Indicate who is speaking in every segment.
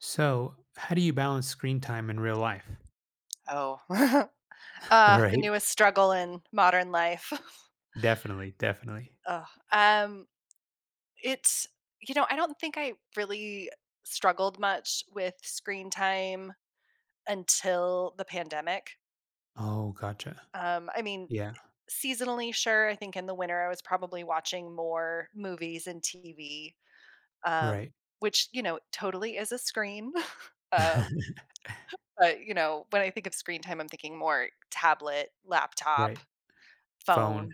Speaker 1: So, how do you balance screen time in real life?
Speaker 2: Oh, the
Speaker 1: Right.
Speaker 2: newest struggle in modern life.
Speaker 1: Definitely, definitely.
Speaker 2: Ugh, um, it's I don't think I really struggled much with screen time until the pandemic.
Speaker 1: Oh, gotcha.
Speaker 2: I mean,
Speaker 1: Yeah,
Speaker 2: seasonally, sure, I think in the winter I was probably watching more movies and TV, um,
Speaker 1: right.
Speaker 2: which, you know, totally is a screen. Um, but, you know, when I think of screen time, I'm thinking more tablet, laptop,
Speaker 1: Right.
Speaker 2: phone.
Speaker 1: Phone,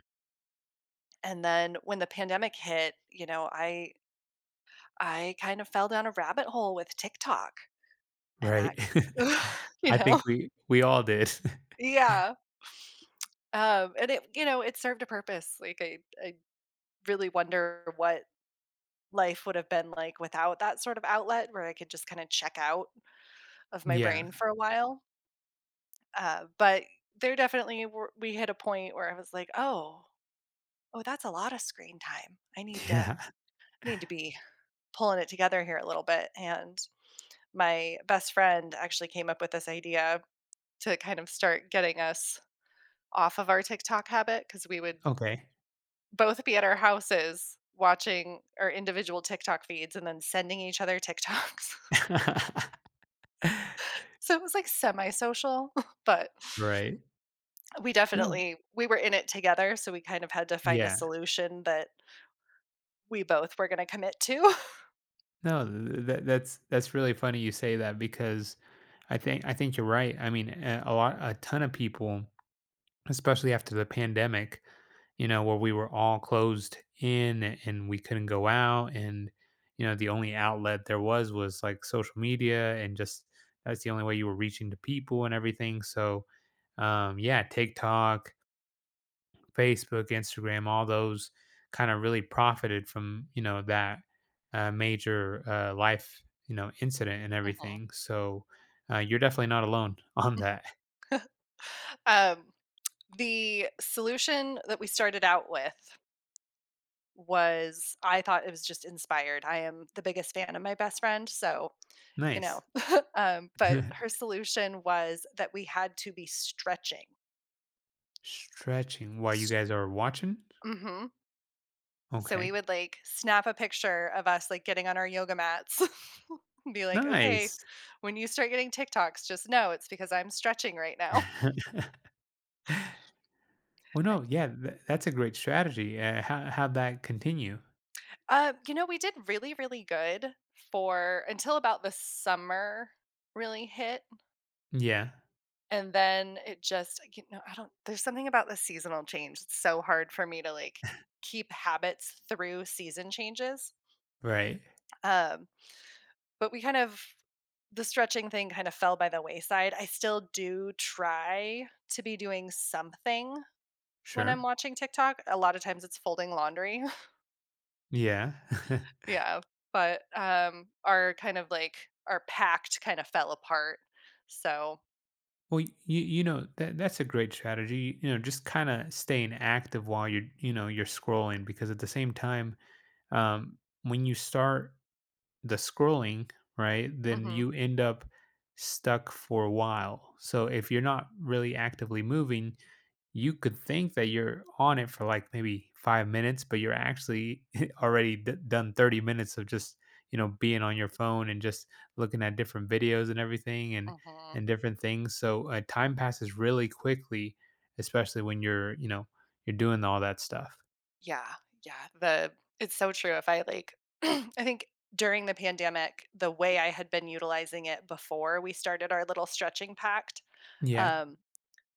Speaker 2: And then when the pandemic hit, you know, I kind of fell down a rabbit hole with TikTok and that
Speaker 1: right.
Speaker 2: you
Speaker 1: I
Speaker 2: know?
Speaker 1: think we all did.
Speaker 2: Yeah. And it served a purpose. Like I really wonder what life would have been like without that sort of outlet where I could just kind of check out of my
Speaker 1: Yeah.
Speaker 2: brain for a while. But we hit a point where I was like, "Oh, oh, that's a lot of screen time. I need to
Speaker 1: Yeah.
Speaker 2: need to be pulling it together here a little bit." And my best friend actually came up with this idea to kind of start getting us off of our TikTok habit because we would
Speaker 1: Okay.
Speaker 2: both be at our houses watching our individual TikTok feeds and then sending each other TikToks. So it was like semi social, but
Speaker 1: Right. No.
Speaker 2: we were in it together so we kind of had to find a
Speaker 1: Yeah.
Speaker 2: solution that we both were going to commit to.
Speaker 1: No, that's really funny you say that because I think you're right. I mean, a ton of people especially after the pandemic, you know, where we were all closed in and we couldn't go out. And, you know, the only outlet there was like social media and just that's the only way you were reaching to people and everything. So, yeah, TikTok, Facebook, Instagram, all those kind of really profited from, you know, that major life, you know, incident and
Speaker 2: Mhm.
Speaker 1: everything. So, you're definitely not alone on that.
Speaker 2: um, the solution that we started out with was I thought it was just inspired. I am the biggest fan of my best friend, so, you know,
Speaker 1: Nice.
Speaker 2: but her solution was that we had to be stretching.
Speaker 1: Stretching while you
Speaker 2: S
Speaker 1: guys are watching?
Speaker 2: Mhm. So we
Speaker 1: Okay.
Speaker 2: would, like, snap a picture of us, like, getting on our yoga mats and be like, "Okay,
Speaker 1: Nice.
Speaker 2: when you start getting TikToks, just know it's because I'm stretching right now."
Speaker 1: Well, no, yeah, that's a great strategy, how that continue?
Speaker 2: You know, we did really, really good for until about the summer really hit.
Speaker 1: Yeah.
Speaker 2: And then it just I don't there's something about the seasonal change, it's so hard for me to, like, keep habits through season changes,
Speaker 1: Right.
Speaker 2: um, but we kind of the stretching thing kind of fell by the wayside. I still do try to be doing something when I'm
Speaker 1: Sure.
Speaker 2: watching TikTok. A lot of times it's folding laundry.
Speaker 1: Yeah.
Speaker 2: Yeah, but, our kind of, like our pact kind of fell apart, so
Speaker 1: Well, you you know, that that's a great strategy, you know, just kinda staying active while you're you know, you're scrolling because at the same time, um, when you start the scrolling, right, then
Speaker 2: mhm,
Speaker 1: you end up stuck for a while. So if you're not really actively moving, you could think that you're on it for like maybe 5 minutes, but you're actually already done 30 minutes of just, you know, being on your phone and just looking at different videos and everything
Speaker 2: mhm.
Speaker 1: and different things. So time passes really quickly, especially when you're, you know, you're doing all that stuff.
Speaker 2: Yeah, yeah, the it's so true, if I, like I think during the pandemic, the way I had been utilizing it before we started our little stretching pact,
Speaker 1: Yeah.
Speaker 2: um,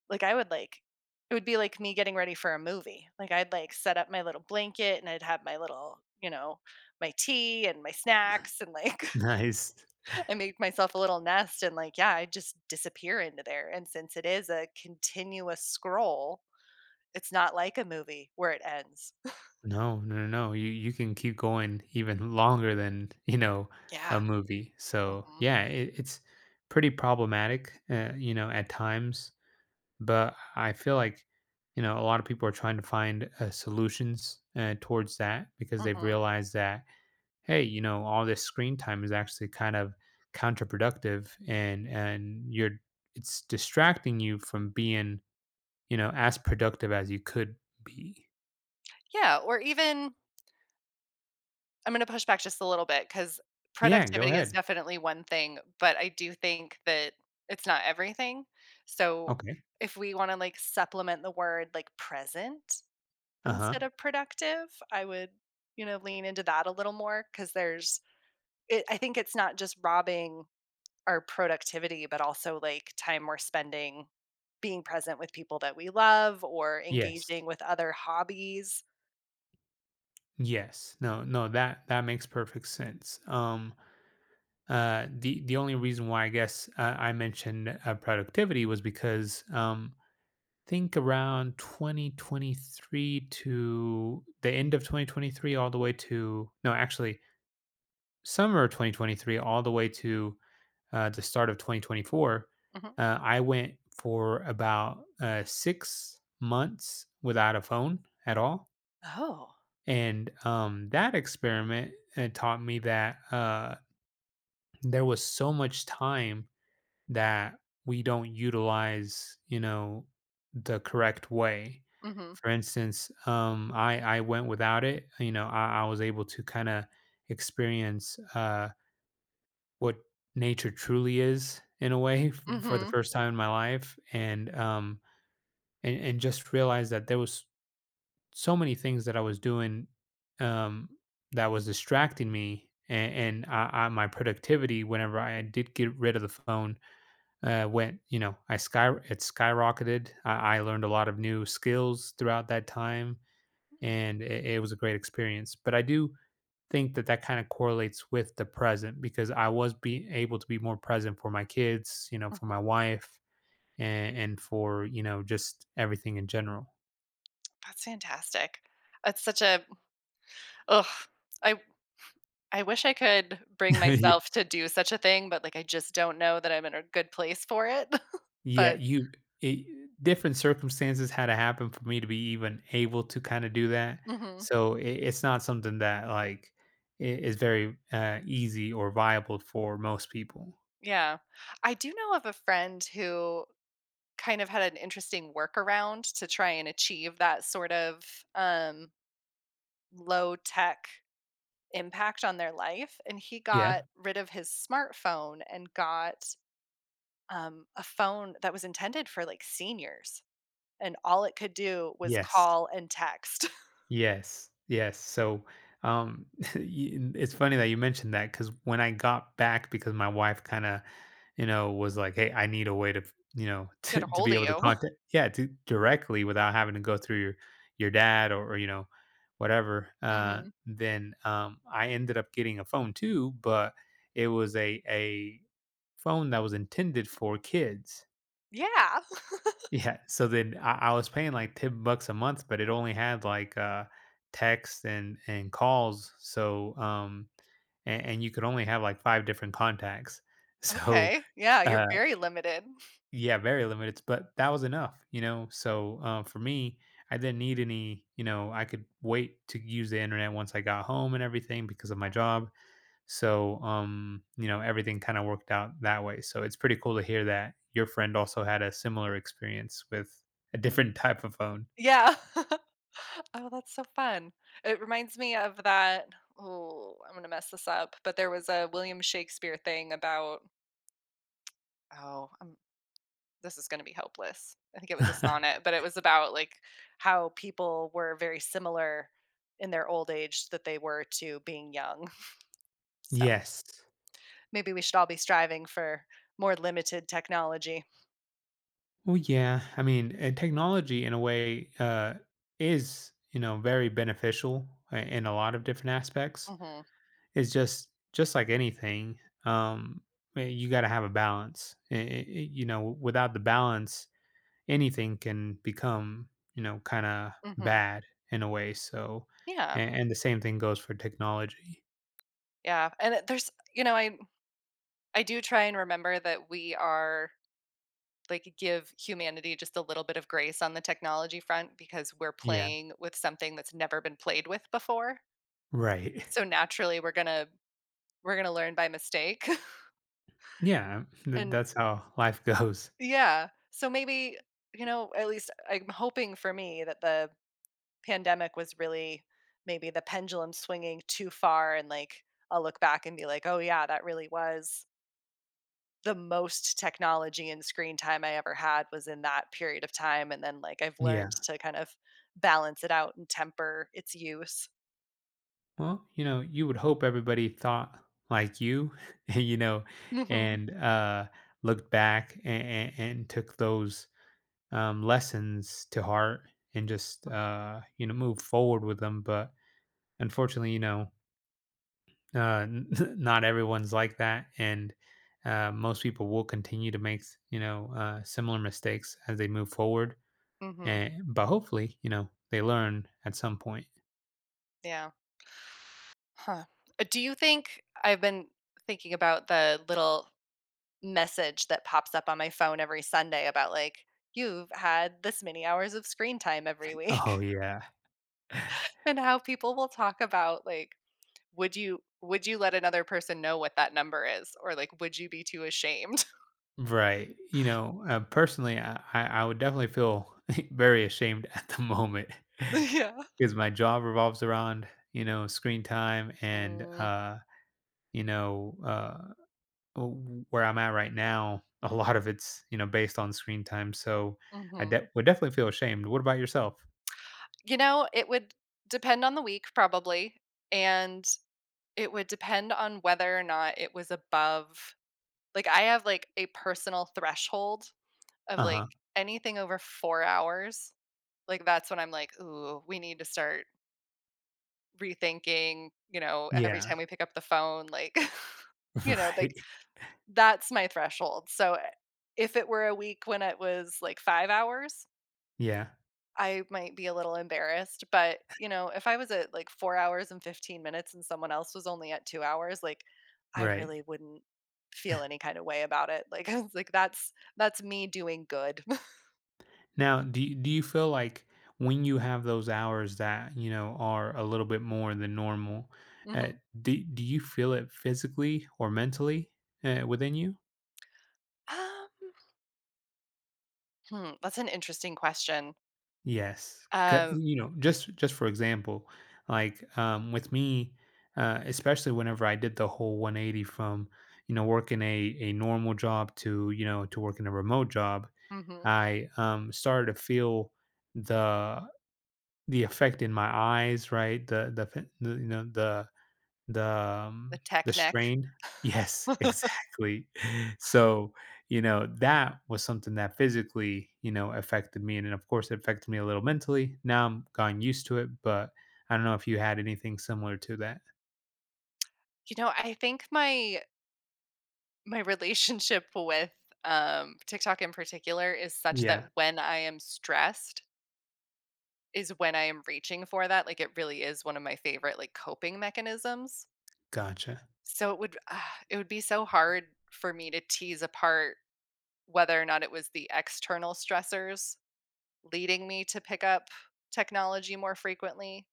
Speaker 2: like, it would be like me getting ready for a movie, like, I'd, like, set up my little blanket, and I'd have my little my tea and my snacks, and, like,
Speaker 1: Nice.
Speaker 2: I made myself a little nest, and, like, yeah, I just disappear into there, and since it is a continuous scroll, it's not like a movie where it ends.
Speaker 1: No, no, no, no. You can keep going even longer than you know a
Speaker 2: Yeah,
Speaker 1: movie. So
Speaker 2: mhm,
Speaker 1: yeah, it's pretty problematic, you know, at times. But I feel like you know a lot of people are trying to find solutions towards that because they've
Speaker 2: mhm.
Speaker 1: realized that hey, you know, all this screen time is actually kind of counterproductive, and you're it's distracting you from being you know as productive as you could be.
Speaker 2: Yeah, or even I'm gonna push back just a little bit because
Speaker 1: Yeah, go
Speaker 2: productivity is
Speaker 1: ahead.
Speaker 2: definitely one thing, but I do think that it's not everything. So,
Speaker 1: Okay.
Speaker 2: if we wanna, like, supplement the word, like, present
Speaker 1: Uh huh.
Speaker 2: instead of productive, I would, you know, lean into that a little more because there's it I think it's not just robbing our productivity, but also, like, time we're spending being present with people that we love or
Speaker 1: Yes.
Speaker 2: engaging with other hobbies.
Speaker 1: Yes. No, no, that that makes perfect sense. The only reason why I guess I mentioned productivity was because think around 2023 to the end of 2023 all the way to no, actually summer of 2023 all the way to the start of 2024,
Speaker 2: Mhm.
Speaker 1: I went for about 6 months without a phone at all.
Speaker 2: Oh.
Speaker 1: And that experiment taught me that there was so much time that we don't utilize, you know, the correct way.
Speaker 2: Mhm.
Speaker 1: For instance, I went without it. You know, I was able to kind of experience what nature truly is in a way for the
Speaker 2: Mhm.
Speaker 1: first time in my life, and just realize that there was so many things that I was doing um, that was distracting me, and, and my productivity whenever I did get rid of the phone went. You know, I sky it skyrocketed. I learned a lot of new skills throughout that time,
Speaker 2: Mm,
Speaker 1: and it was a great experience. But I do think that that kind of correlates with the present because I was being able to be more present for my kids, you know, for
Speaker 2: mhm.
Speaker 1: my wife, and for you know just everything in general.
Speaker 2: That's fantastic. That's such a ugh, I I wish I could bring myself to do such a thing, but, like, I just don't know that I'm in a good place for it.
Speaker 1: Yeah,
Speaker 2: But
Speaker 1: you it different circumstances had to happen for me to be even able to kinda do that.
Speaker 2: mhm,
Speaker 1: So, it's not something that, like, I is very, easy or viable for most people.
Speaker 2: yeah. I do know of a friend who kind of had an interesting workaround to try and achieve that sort of, um, low tech impact on their life, and he
Speaker 1: Yeah.
Speaker 2: got rid of his smartphone and got, a phone that was intended for, like, seniors. And all it could do was
Speaker 1: Yes.
Speaker 2: call and text.
Speaker 1: Yes, yes. So, um, it's funny that you mentioned that because when I got back, because my wife kind of, you know, was like, "Hey, I need a way to, you know,
Speaker 2: Get a
Speaker 1: to
Speaker 2: hold
Speaker 1: be
Speaker 2: of
Speaker 1: able to
Speaker 2: you.
Speaker 1: contact, yeah, to directly without having to go through your dad or you know, whatever."
Speaker 2: Mhm.
Speaker 1: Then I ended up getting a phone too, but it was a phone that was intended for kids
Speaker 2: Yeah.
Speaker 1: yeah, so then I was paying like $10 a month, but it only had like text and calls. So and you could only have like 5 different contacts. So
Speaker 2: Okay. Yeah, you're
Speaker 1: uh
Speaker 2: very limited.
Speaker 1: yeah, very limited, but that was enough, you know. So for me, I didn't need any, you know, I could wait to use the internet once I got home and everything because of my
Speaker 2: Mhm.
Speaker 1: job. So, you know, everything kind of worked out that way. So it's pretty cool to hear that your friend also had a similar experience with a different type of phone.
Speaker 2: Yeah. Oh, that's so fun. It reminds me of that Oh, I'm gonna mess this up, but there was a William Shakespeare thing about oh, um, this is gonna be hopeless. I think it was a sonnet, but it was about, like, how people were very similar in their old age that they were to being young. So
Speaker 1: Yes.
Speaker 2: maybe we should all be striving for more limited technology.
Speaker 1: Well, yeah. I mean, technology in a way is, you know, very beneficial in a lot of different aspects.
Speaker 2: Mhm,
Speaker 1: It's just like anything, you got to have a balance. You know, without the balance, anything can become, you know, kinda
Speaker 2: mhm.
Speaker 1: bad in a way, so
Speaker 2: Yeah,
Speaker 1: and the same thing goes for technology.
Speaker 2: yeah, and it there's you know, I do try and remember that we are like, give humanity just a little bit of grace on the technology front because we're
Speaker 1: Yeah.
Speaker 2: playing with something that's never been played with before.
Speaker 1: Right.
Speaker 2: So, naturally, we're gonna learn by mistake,
Speaker 1: Yeah, th
Speaker 2: and
Speaker 1: that's how life goes.
Speaker 2: yeah, so maybe, you know, at least I'm hoping for me that the pandemic was really maybe the pendulum swinging too far and like I'll look back and be like, "Oh yeah, that really was the most technology and screen time I ever had was in that period of time." And then like I've
Speaker 1: Yeah.
Speaker 2: learned to kind of balance it out and temper its use.
Speaker 1: Well, you know, you would hope everybody thought like you, you know,
Speaker 2: Mhm.
Speaker 1: and, looked back a and took those, lessons to heart and just, you know, move forward with them, but unfortunately, you know uh, n- not everyone's like that, and most people will continue to make you know similar mistakes as they move forward.
Speaker 2: Mhm.
Speaker 1: And but hopefully, you know, they learn at some point.
Speaker 2: Yeah. Huh. Do you think I've been thinking about the little message that pops up on my phone every Sunday about like you've had this many hours of screen time every
Speaker 1: Oh
Speaker 2: week?
Speaker 1: yeah,
Speaker 2: And how people will talk about like, would you let another person know what that number is? Or like, would you be too ashamed?
Speaker 1: right. You know, personally, I, I would definitely feel very ashamed at the moment
Speaker 2: Yeah.
Speaker 1: because my job revolves around you know screen time and
Speaker 2: Mm,
Speaker 1: you know where I'm at right now, a lot of it's you know based on screen time. So I
Speaker 2: mhm.
Speaker 1: de- would definitely feel ashamed. What about yourself?
Speaker 2: You know, it would depend on the week probably, and it would depend on whether or not it was above like, I have, like, a personal threshold of,
Speaker 1: Uh
Speaker 2: like,
Speaker 1: huh.
Speaker 2: anything over 4 hours, like, that's when I'm like, "Ooh, we need to start rethinking," you know, every
Speaker 1: Yeah.
Speaker 2: time we pick up the phone, like, you know, like
Speaker 1: Right.
Speaker 2: that's my threshold. So, if it were a week when it was like 5 hours,
Speaker 1: Yeah.
Speaker 2: I might be a little embarrassed, but, you know, if I was at like 4 hours and 15 minutes and someone else was only at 2 hours, like, I
Speaker 1: Right.
Speaker 2: really wouldn't feel any kind of way about it. Like, I was like, that's me doing good.
Speaker 1: Now, do you feel like when you have those hours that you know are a little bit more than normal, uh,
Speaker 2: Mhm.
Speaker 1: do you feel it physically or mentally within you?
Speaker 2: Um, hmm, that's an interesting question.
Speaker 1: Yes, 'ca
Speaker 2: Uh,
Speaker 1: you know, just for example, like, with me, especially whenever I did the whole 180 from, you know, working a normal job to, you know, to working a remote job,
Speaker 2: mhm,
Speaker 1: started to feel the the effect in my eyes, right? You know,
Speaker 2: the
Speaker 1: the
Speaker 2: tech neck.
Speaker 1: strain? Yes, exactly. So, you know, that was something that physically, you know, affected me, and then, of course, it affected me a little mentally. Now I'm gotten used to it, but I don't know if you had anything similar to that.
Speaker 2: You know, I think my my relationship with, TikTok in particular is such that
Speaker 1: Yeah,
Speaker 2: when I am stressed is when I am reaching for that, like, it really is one of my favorite, like, coping mechanisms.
Speaker 1: gotcha.
Speaker 2: So it would be so hard for me to tease apart whether or not it was the external stressors leading me to pick up technology more frequently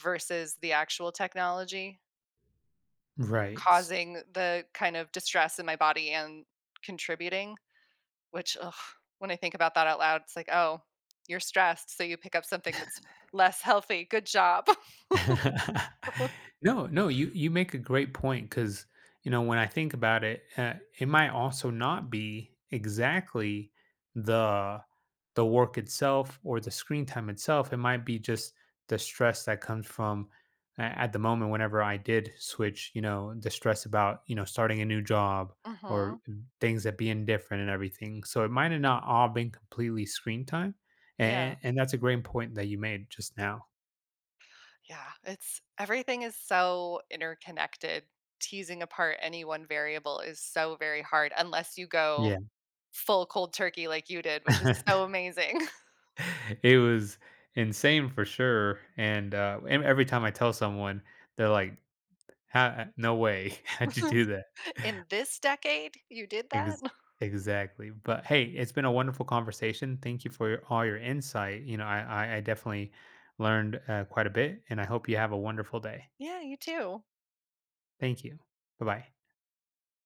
Speaker 2: versus the actual technology
Speaker 1: Right.
Speaker 2: causing the kind of distress in my body and contributing. Which, ugh, when I think about that out loud, it's like, "Oh, you're stressed, so you pick up something that's less healthy. Good job."
Speaker 1: No, no, you make a great point because you know, when I think about it, it might also not be exactly the the work itself or the screen time itself. It might be just the stress that comes from a at the moment whenever I did switch, you know, the stress about, you know, starting a new job or
Speaker 2: Mhm.
Speaker 1: things that being different and everything. So it might have not all been completely screen time,
Speaker 2: Yeah.
Speaker 1: and that's a great point that you made just now.
Speaker 2: Yeah. It's everything is so interconnected. Teasing apart any one variable is so very hard unless you go
Speaker 1: Yeah.
Speaker 2: full cold turkey like you did, which is so amazing.
Speaker 1: It was insane for sure, and every time I tell someone, they're like, "Ha no way. How'd you do that?"
Speaker 2: In this decade, you did that?
Speaker 1: Ex exactly, but, hey, it's been a wonderful conversation. Thank you for your all your insight. You know, I definitely learned, quite a bit, and I hope you have a wonderful day.
Speaker 2: Yeah, you too.
Speaker 1: Thank you. Bye-bye.